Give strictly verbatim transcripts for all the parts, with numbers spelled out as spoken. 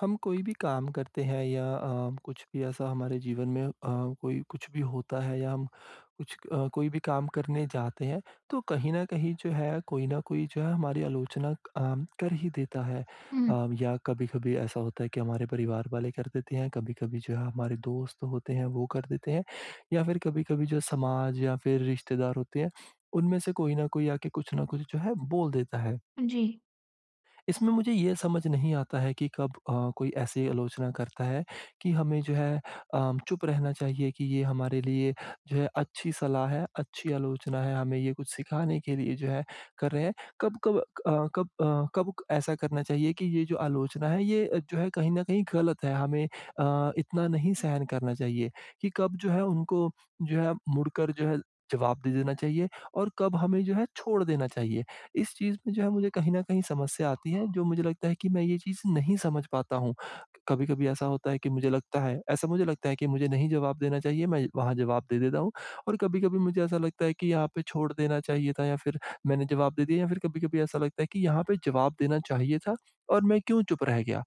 हम कोई भी काम करते हैं या अ, कुछ भी ऐसा हमारे जीवन में अ, कोई कुछ भी होता है या हम कुछ अ, कोई भी काम करने जाते हैं तो कहीं न कहीं जो है कोई न कोई जो है हमारी आलोचना अम, कर ही देता है। हुँ, अ, या कभी-कभी ऐसा होता है कि हमारे परिवार वाले कर देते हैं, कभी-कभी जो है हमारे दोस्त होते हैं वो कर देते हैं या फिर कभी-कभी जो समाज या फिर रिश्तेदार होते हैं उनमें से कोई न कोई आके कुछ न कुछ जो है बोल देता है। जी, इसमें मुझे ये समझ नहीं आता है कि कब अ, कोई ऐसी आलोचना करता है कि हमें जो है अम, चुप रहना चाहिए कि ये हमारे लिए जो है अच्छी सलाह है, अच्छी आलोचना है, हमें ये कुछ सिखाने के लिए जो है कर रहे हैं। कब-कब अ, कब अ, कब ऐसा करना चाहिए कि ये जो आलोचना है ये अ, जो है कहीं न कहीं गलत है, हमें अ, इतना नहीं सहन करना चाहिए कि कब जो है उनको जो है मुड़कर जो है जवाब दे देना चाहिए और कब हमें जो है छोड़ देना चाहिए। इस चीज़ में जो है मुझे कहीं न कहीं समस्या आती है जो मुझे लगता है कि मैं ये चीज़ नहीं समझ पाता हूँ। कभी-कभी ऐसा होता है कि मुझे लगता है ऐसा मुझे लगता है कि मुझे नहीं जवाब देना चाहिए, मैं वहाँ जवाब दे देता हूँ और कभी-कभी मुझे ऐसा लगता है कि यहाँ पे छोड़ देना चाहिए था या फिर मैंने जवाब दे दिया या फिर कभी-कभी ऐसा लगता है कि यहाँ पे जवाब देना चाहिए था और मैं क्यों चुप रह गया?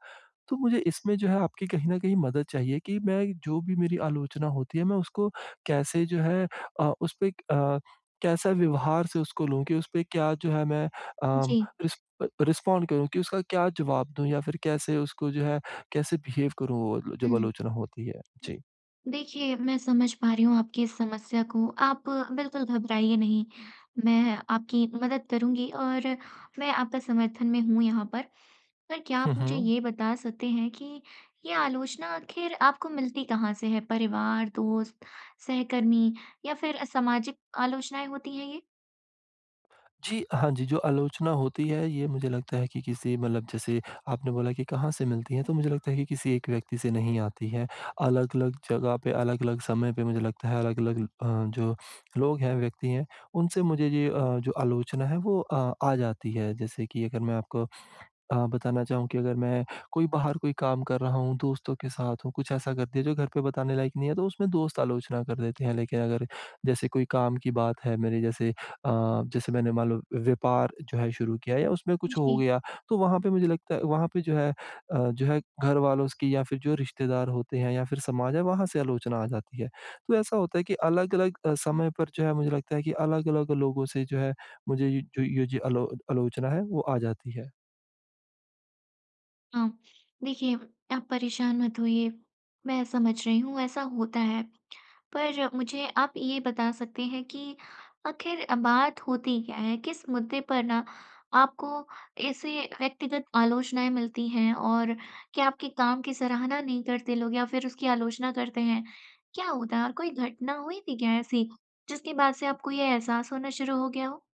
तो मुझे इसमें जो है आपकी कहीं न कहीं मदद चाहिए कि मैं जो भी मेरी आलोचना होती है मैं उसको कैसे जो है अ, उस पे अ, कैसा व्यवहार से उसको लूँ कि उस पे क्या जो है मैं अम, जी। रिस अ, रिस्पॉन्ड करूँ कि उसका क्या जवाब दूँ या फिर कैसे उसको जो है कैसे बिहेव करूँ वो जब हुँ। आलोचना होती है? जी। देखिए, मैं समझ पा रही हूँ आपकी इस समस्या को। आप बिल्कुल घबराइए नहीं, मैं आपकी मदद करूँगी और मैं आपका समर्थन में हूँ यहाँ पर। पर क्या आप हुँ, मुझे हुँ। ये बता सकते हैं कि ये आलोचना आखिर आपको मिलती कहाँ से है? परिवार, दोस्त, सहकर्मी या फिर सामाजिक आलोचनाएँ होती हैं ये? जी, हाँ जी, जो आलोचना होती है ये मुझे लगता है कि किसी मतलब जैसे आपने बोला कि कहाँ से मिलती है, तो मुझे लगता है कि किसी एक व्यक्ति से नहीं आती है। अलग-अलग जगह पे, अलग-अलग समय पे मुझे लगता है अलग-अलग अ, जो लोग हैं, व्यक्ति हैं, उनसे मुझे ये अ, जो आलोचना है वो अ, आ जाती है। जैसे कि अगर मैं आपको अ, बताना चाहूँ कि अगर मैं कोई बाहर कोई काम कर रहा हूँ, दोस्तों के साथ हूँ, कुछ ऐसा कर दिया जो घर पे बताने लायक नहीं है, तो उसमें दोस्त आलोचना कर देते हैं। लेकिन अगर जैसे कोई काम की बात है मेरे जैसे अ, जैसे मैंने मान लो व्यापार जो है शुरू किया या उसमें कुछ हो जी। गया, तो वहाँ पे मुझे लगता है वहाँ पे जो है अ, जो है घर वालों स की या फिर जो रिश्तेदार होते हैं या फिर समाज है, वहाँ से आलोचना आ जाती है। तो ऐसा होता है कि अलग-अलग अ, समय पर जो है मुझे लगता है कि अलग-अलग लोगों से जो है मुझे ये जो ये जो आलो आलोचना है, वो आ जाती है। हाँ, देखिए आप परेशान मत होइए, मैं समझ रही हूँ ऐसा होता है। पर मुझे आप ये बता सकते हैं कि आखिर बात होती क्या है? किस मुद्दे पर ना आपको ऐसे व्यक्तिगत आलोचनाएँ मिलती हैं और क्या आपके काम की सराहना नहीं करते लोग या फिर उसकी आलोचना करते हैं? क्या होता है? और कोई घटना हुई थी क्या ऐसी जिसके बाद से आपको ये एहसास होना शुरू हो गया हो?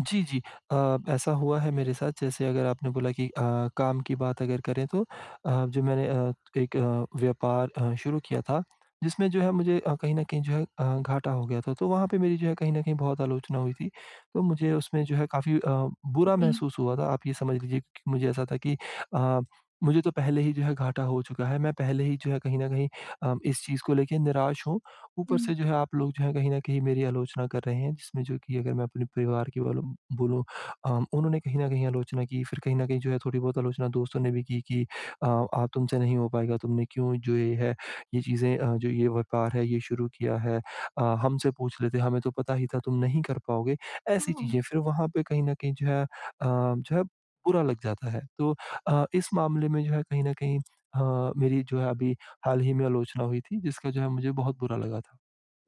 जी, जी। अ, ऐसा हुआ है मेरे साथ जैसे अगर आपने बोला कि अ, काम की बात अगर करें तो अ, जो मैंने अ, एक अ, व्यापार अ, शुरू किया था जिसमें जो है मुझे अ, कहीं न कहीं जो है अ, घाटा हो गया था। तो वहाँ पे मेरी जो है कहीं न कहीं बहुत आलोचना हुई थी। तो मुझे उसमें जो है काफ़ी अ, बुरा जी। महसूस हुआ था। आप ये समझ लीजिए कि मुझे ऐसा था कि अ, मुझे तो पहले ही जो है घाटा हो चुका है। मैं पहले ही जो है कहीं न कहीं अ, इस चीज़ को लेके निराश हूँ, ऊपर से जो है आप लोग जो है कहीं न कहीं मेरी आलोचना कर रहे हैं जिसमें जो कि अगर मैं अपने परिवार की वालों बोलूँ, अ, उन्होंने कहीं न कहीं आलोचना की, फिर कहीं न कहीं जो है थोड़ी बहुत आलोचना दोस्तों ने भी की कि अ, आप तुमसे नहीं हो पाएगा, तुमने क्यों जो ये है ये चीज़ें अ, जो ये व्यापार है ये शुरू किया है, अ, हमसे पूछ लेते, हमें तो पता ही था तुम नहीं कर पाओगे। ऐसी हुँ। चीज़ें फिर वहाँ पे कहीं न कहीं जो है अ, जो है बुरा लग जाता है। तो अ, इस मामले में जो है कहीं न कहीं अ, मेरी जो है अभी हाल ही में आलोचना हुई थी जिसका जो है मुझे बहुत बुरा लगा था।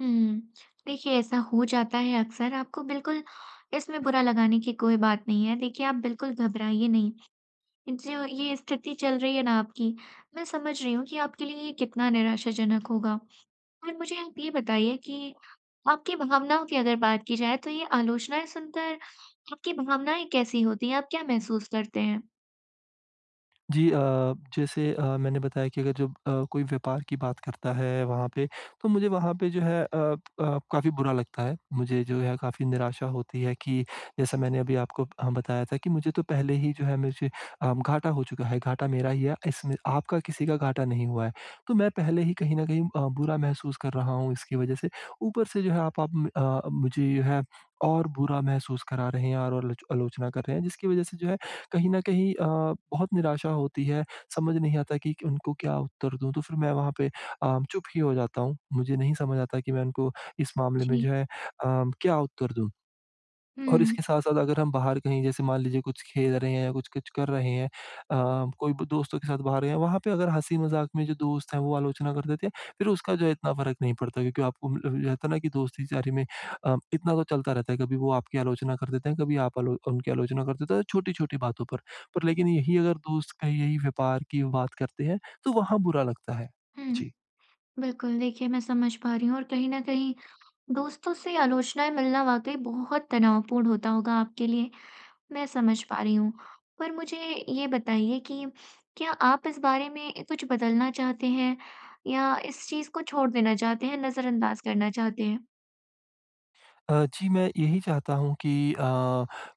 हुँ। देखिए, ऐसा हो जाता है अक्सर, आपको बिल्कुल इसमें बुरा लगाने की कोई बात नहीं है। देखिए, आप बिल्कुल घबराइए नहीं। जो ये स्थिति चल रही है ना आपकी, मैं समझ रही हूँ कि आपके लिए ये कितना निराशाजनक होगा। और मुझे आप ये बताइए कि आपकी भावनाओं की अगर बात की जाए, तो ये आलोचनाएँ सुनकर आपकी भावनाएँ कैसी होती हैं? आप क्या महसूस करते हैं? जी। अ, जैसे अ, मैंने बताया कि अगर जब अ, कोई व्यापार की बात करता है वहाँ पे, तो मुझे वहाँ पे जो है अ अ, काफ़ी बुरा लगता है। मुझे जो है काफ़ी निराशा होती है कि जैसा मैंने अभी आपको अ, बताया था कि मुझे तो पहले ही जो है मुझे अ, घाटा हो चुका है, घाटा मेरा ही है, इसमें आपका किसी का घाटा नहीं हुआ है। तो मैं पहले ही कहीं न कहीं अ, बुरा महसूस कर रहा हूँ इसकी वज़ह से। ऊपर से जो है आप आप म अ, मुझे जो है और बुरा महसूस करा रहे हैं और आलोच आलोचना कर रहे हैं जिसकी वज़ह से जो है कहीं न कहीं अ, बहुत निराशा होती है, समझ नहीं आता कि उनको क्या उत्तर दूँ, तो फिर मैं वहाँ पे अ, चुप ही हो जाता हूँ। मुझे नहीं समझ आता कि मैं उनको इस मामले में जी। जो है अ, क्या उत्तर दूँ? और हुँ, इसके साथ-साथ अगर हम बाहर कहीं जैसे मान लीजिए कुछ खेल रहे हैं या कुछ-कुछ कर रहे हैं अ, कोई ब दोस्तों के साथ बाहर गए हैं, वहाँ पे अगर हँसी-मज़ाक में जो दोस्त हैं वो आलोचना कर देते हैं, फिर उसका जो है इतना फ़र्क नहीं पड़ता क्योंकि आपको म रहता है ना कि दोस्ती यारी में अ, इतना तो चलता रहता है, कभी वो आपकी आलोचना कर देते हैं, कभी आप आलो उनकी आलोचना कर देते हो छोटी-छोटी बातों पर। पर लेकिन यही अगर दोस्त कहीं यही व्यापार की बात करते हैं, तो वहाँ बुरा लगता है। हुँ। जी। बिल्कुल, देखिए मैं समझ पा रही हूँ और कहीं न कहीं दोस्तों से आलोचनाएँ मिलना वाक़ई बहुत तनावपूर्ण होता होगा आपके लिए, मैं समझ पा रही हूँ। पर मुझे ये बताइए कि क्या आप इस बारे में कुछ बदलना चाहते हैं या इस चीज़ को छोड़ देना चाहते हैं, नज़रअंदाज़ करना चाहते हैं? अ, जी, मैं यही चाहता हूँ कि अ,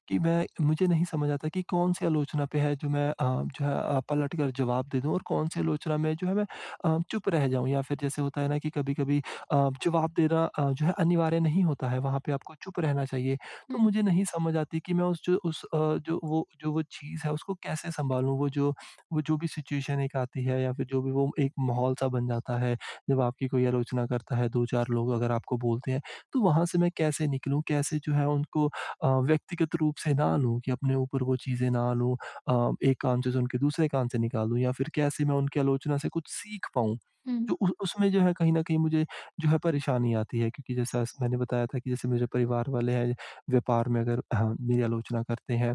कि मैं मुझे नहीं समझ आता कि कौन-सी आलोचना पे है जो मैं अ, जो है अ, पलट कर जवाब दे दूँ और कौन-सी आलोचना में जो है मैं अ, चुप रह जाऊँ या फिर जैसे होता है ना कि कभी-कभी अ, जवाब देना अ, जो है अनिवार्य नहीं होता है, वहाँ पे आपको चुप रहना चाहिए। तो हुँ, मुझे नहीं समझ आती कि मैं उस जो उस अ, जो वो जो वो चीज़ है उसको कैसे सँभालूँ? वो जो वो जो भी सिचुएशन एक आती है या फिर जो भी वो एक माहौल-सा बन जाता है, जब आपकी कोई आलोचना करता है, दो चार लोग अगर आपको बोलते हैं तो वहाँ से मैं कैसे निकलूँ? कैसे जो है उनको अ, व्यक्तिगत रूप से ना लूँ कि अपने ऊपर वो चीज़ें ना लूँ, अ, एक कान से सुन के दूसरे कान से निकालूँ या फिर कैसे मैं उनकी आलोचना से कुछ सीख पाऊँ? हुँ। तो उ उसमें जो है कहीं न कहीं मुझे जो है परेशानी आती है क्योंकि जैसा स मैंने बताया था कि जैसे मेरे परिवार वाले हैं, व्यापार में अगर हाँ, मेरी आलोचना करते हैं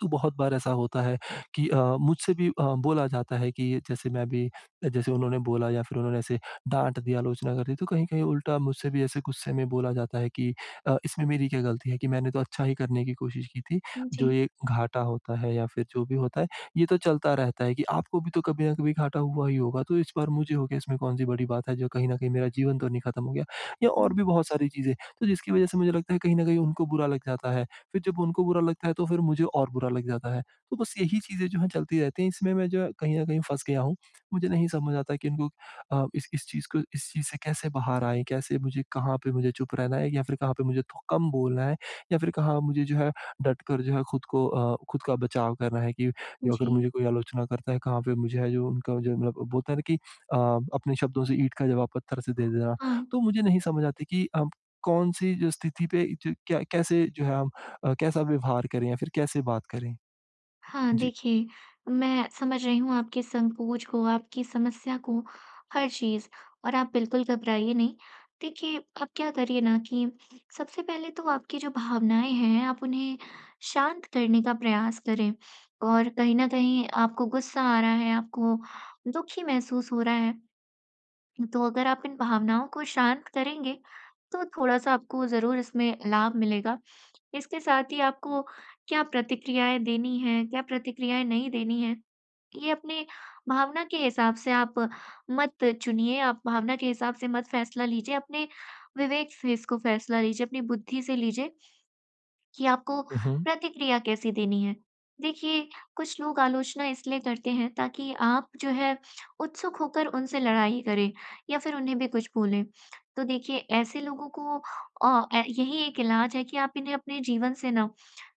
तो बहुत बार ऐसा होता है कि अ, मुझसे भी अ, बोला जाता है कि जैसे मैं भी जैसे उन्होंने बोला या फिर उन्होंने ऐसे डाँट दिया, आलोचना कर दी, तो कहीं-कहीं उल्टा मुझसे भी ऐसे गुस्से में बोला जाता है कि अ, इसमें मेरी क्या गलती है, कि मैंने तो अच्छा ही करने की कोशिश की थी। जो जी, ये घाटा होता है या फिर जो भी होता है, ये तो चलता रहता है, कि आपको भी तो कभी न कभी घाटा हुआ ही होगा, तो इस बार मुझे हो गया, इसमें कौन-सी बड़ी बात है, जो कहीं न कहीं मेरा जीवन तो नहीं खत्म हो गया या और हुँ, भी बहुत सारी चीज़ें, तो जिसकी वजह से मुझे लगता है कहीं न कहीं उनको बुरा लग जाता है। फिर जब उनको बुरा लगता है तो फिर मुझे और बुरा लग जाता है। तो बस यही चीज़ें जो हैं चलती रहती हैं, इसमें मैं जो है कहीं न कहीं फँस गया हूँ। मुझे नहीं समझ आता कि इनको अ, इस इस चीज़ को इस चीज़ से कैसे बाहर आएँ, कैसे मुझे कहाँ पे मुझे चुप रहना है या फिर कहाँ पे मुझे थो कम बोलना है या फिर कहाँ मुझे जो है डट कर जो है खुद को अ, खुद का बचाव करना है कि जो अगर जी, मुझे कोई आलोचना करता है कहाँ पे मुझे है जो उनका जो मतलब बोलते हैं ना कि अ, अपने शब्दों से ईंट का जवाब पत्थर से दे देना। हाँ। तो मुझे नहीं समझ आती कि हम कौन-सी जो स्थिति पे जो क्या कैसे जो है हम अ, कैसा व्यवहार करें या फिर कैसे बात करें? हाँ, जी। देखिए, मैं समझ रही हूँ आपके संकोच को, आपकी समस्या को, हर चीज़ और आप बिल्कुल घबराइए नहीं। देखिए, आप क्या करिए ना कि सबसे पहले तो आपकी जो भावनाएँ हैं, आप उन्हें शांत करने का प्रयास करें और कहीं न कहीं आपको गुस्सा आ रहा है, आपको दुखी महसूस हो रहा है, तो अगर आप इन भावनाओं को शांत करेंगे, तो थोड़ा-सा आपको ज़रूर इसमें लाभ मिलेगा। इसके साथ ही आपको क्या प्रतिक्रियाएँ देनी हैं, क्या प्रतिक्रियाएँ नहीं देनी हैं, ये अपने भावना के हिसाब से आप मत चुनिए, आप भावना के हिसाब से मत फैसला लीजिए, अपने विवेक से इसको फैसला लीजिए, अपनी बुद्धि से लीजिए। कि आपको उहुँ, प्रतिक्रिया कैसी देनी है। देखिए, कुछ लोग आलोचना इसलिए करते हैं ताकि आप जो है उत्सुक होकर उनसे लड़ाई करें या फिर उन्हें भी कुछ बोलें। तो देखिए ऐसे लोगों को अ, ए यही एक इलाज है कि आप इन्हें अपने जीवन से ना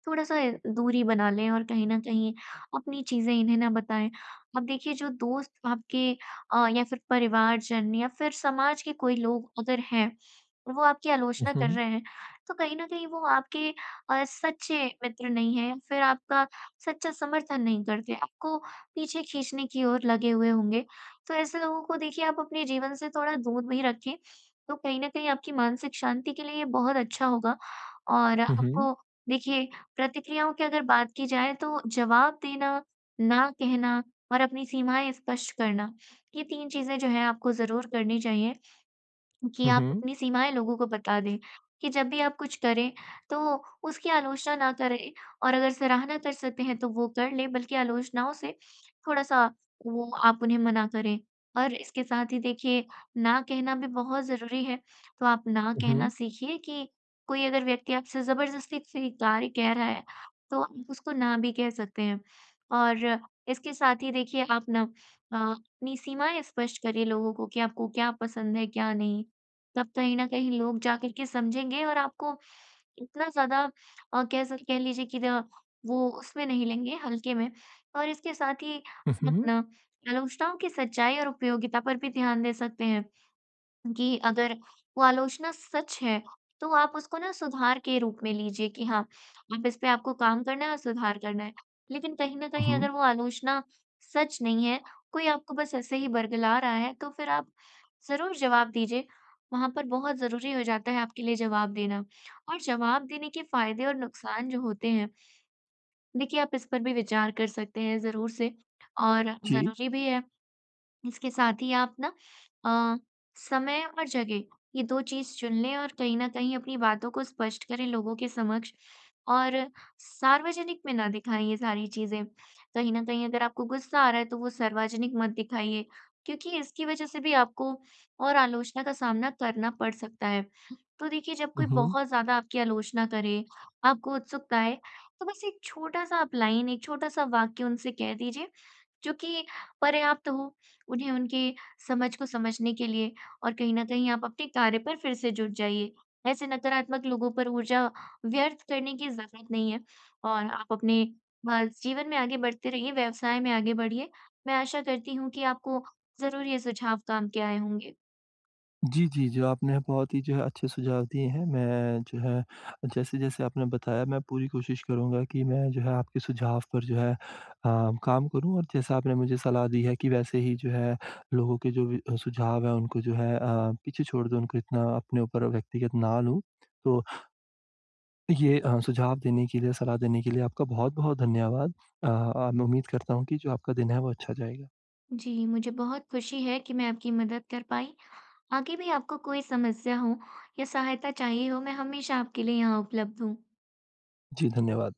थोड़ा-सा दूरी बना लें और कहीं न कहीं अपनी चीज़ें इन्हें ना बताएँ। अब देखिए जो दोस्त आपके अ, या फिर परिवारजन या फिर समाज के कोई लोग अगर हैं, वो आपकी आलोचना कर उहुँ, रहे हैं, तो कहीं न कहीं वो आपके अ, सच्चे मित्र नहीं हैं, फिर आपका सच्चा समर्थन नहीं करते, आपको पीछे खींचने की ओर लगे हुए होंगे। तो ऐसे लोगों को देखिए आप अपने जीवन से थोड़ा दूर भी रखें, तो कहीं न कहीं आपकी मानसिक शांति के लिए ये बहुत अच्छा होगा। और उहुँ, आपको देखिए प्रतिक्रियाओं की अगर बात की जाए तो जवाब देना, ना कहना और अपनी सीमाएँ स्पष्ट करना, ये तीन चीज़ें जो हैं आपको ज़रूर करनी चाहिए। कि आप उहुँ, अपनी सीमाएँ लोगों को बता दें, कि जब भी आप कुछ करें, तो उसकी आलोचना ना करें और अगर सराहना कर सकते हैं, तो वो कर लें, बल्कि आलोचनाओं से थोड़ा-सा वो आप उन्हें मना करें। और इसके साथ ही देखिए, ना कहना भी बहुत ज़रूरी है, तो आप ना उहुँ, कहना सीखिए कि कोई अगर व्यक्ति आपसे ज़बरदस्ती कोई कार्य कह रहा है, तो आप उसको ना भी कह सकते हैं। और इसके साथ ही देखिए, आप ना अ, अपनी सीमाएँ स्पष्ट करिए लोगों को कि आपको क्या पसंद है, क्या नहीं। तब कहीं न कहीं लोग जाकर के समझेंगे और आपको इतना ज़्यादा अ, कह सक कह लीजिए कि द वो उसमें नहीं लेंगे हल्के में। और इसके साथ ही उहुँ। अपना आलोचनाओं की सच्चाई और उपयोगिता पर भी ध्यान दे सकते हैं। कि अगर वो आलोचना सच है, तो आप उसको ना सुधार के रूप में लीजिए कि हाँ, अब इस पे आपको काम करना है और सुधार करना है। लेकिन कहीं न कहीं उहुँ, अगर वो आलोचना सच नहीं है, कोई आपको बस ऐसे ही बरगला रहा है, तो फिर आप ज़रूर जवाब दीजिए। वहाँ पर बहुत ज़रूरी हो जाता है आपके लिए जवाब देना। और जवाब देने के फ़ायदे और नुकसान जो होते हैं, देखिए आप इस पर भी विचार कर सकते हैं ज़रूर से और जी। ज़रूरी भी है। इसके साथ ही आप ना अ, समय और जगह ये दो चीज़ चुन लें और कहीं न कहीं अपनी बातों को स्पष्ट करें लोगों के समक्ष और सार्वजनिक में ना दिखाएँ ये सारी चीज़ें। कहीं न कहीं अगर आपको गुस्सा आ रहा है तो वो सार्वजनिक मत दिखाइए, क्योंकि इसकी वजह से भी आपको और आलोचना का सामना करना पड़ सकता है। तो देखिए जब कोई उहुँ। बहुत ज़्यादा आपकी आलोचना करे, आपको उत्सुकता आए, तो बस एक छोटा-सा आप लाइन, एक छोटा-सा वाक्य उनसे कह दीजिए, जो कि पर्याप्त हो, उन्हें उनके समझ को समझने के लिए और कहीं न कहीं आप अपने कार्य पर फिर से जुट जाइए। ऐसे नकारात्मक लोगों पर ऊर्जा व्यर्थ करने की ज़रूरत नहीं है और आप अपने अ, जीवन में आगे बढ़ते रहिए, व्यवसाय में आगे बढ़िए। मैं आशा करती हूँ कि आपको ज़रूर ये सुझाव काम के आए होंगे। जी, जी, जो आपने बहुत ही जो है अच्छे सुझाव दिए हैं। मैं जो है जैसे-जैसे आपने बताया मैं पूरी कोशिश करूँगा कि मैं जो है आपके सुझाव पर जो है अ, काम करूँ और जैसा आपने मुझे सलाह दी है कि वैसे ही जो है लोगों के जो भी अ, सुझाव हैं उनको जो है अ, पीछे छोड़ दूँ, उनको इतना अपने ऊपर व्यक्तिगत ना लूँ। तो ये अ, सुझाव देने के लिए, सलाह देने के लिए आपका बहुत-बहुत धन्यवाद। अ, अब मैं उम्मीद करता हूँ कि जो आपका दिन है वो अच्छा जाएगा। जी, मुझे बहुत खुशी है कि मैं आपकी मदद कर पाई। आगे भी आपको कोई समस्या हो या सहायता चाहिए हो, मैं हमेशा आपके लिए यहाँ उपलब्ध हूँ। जी, धन्यवाद।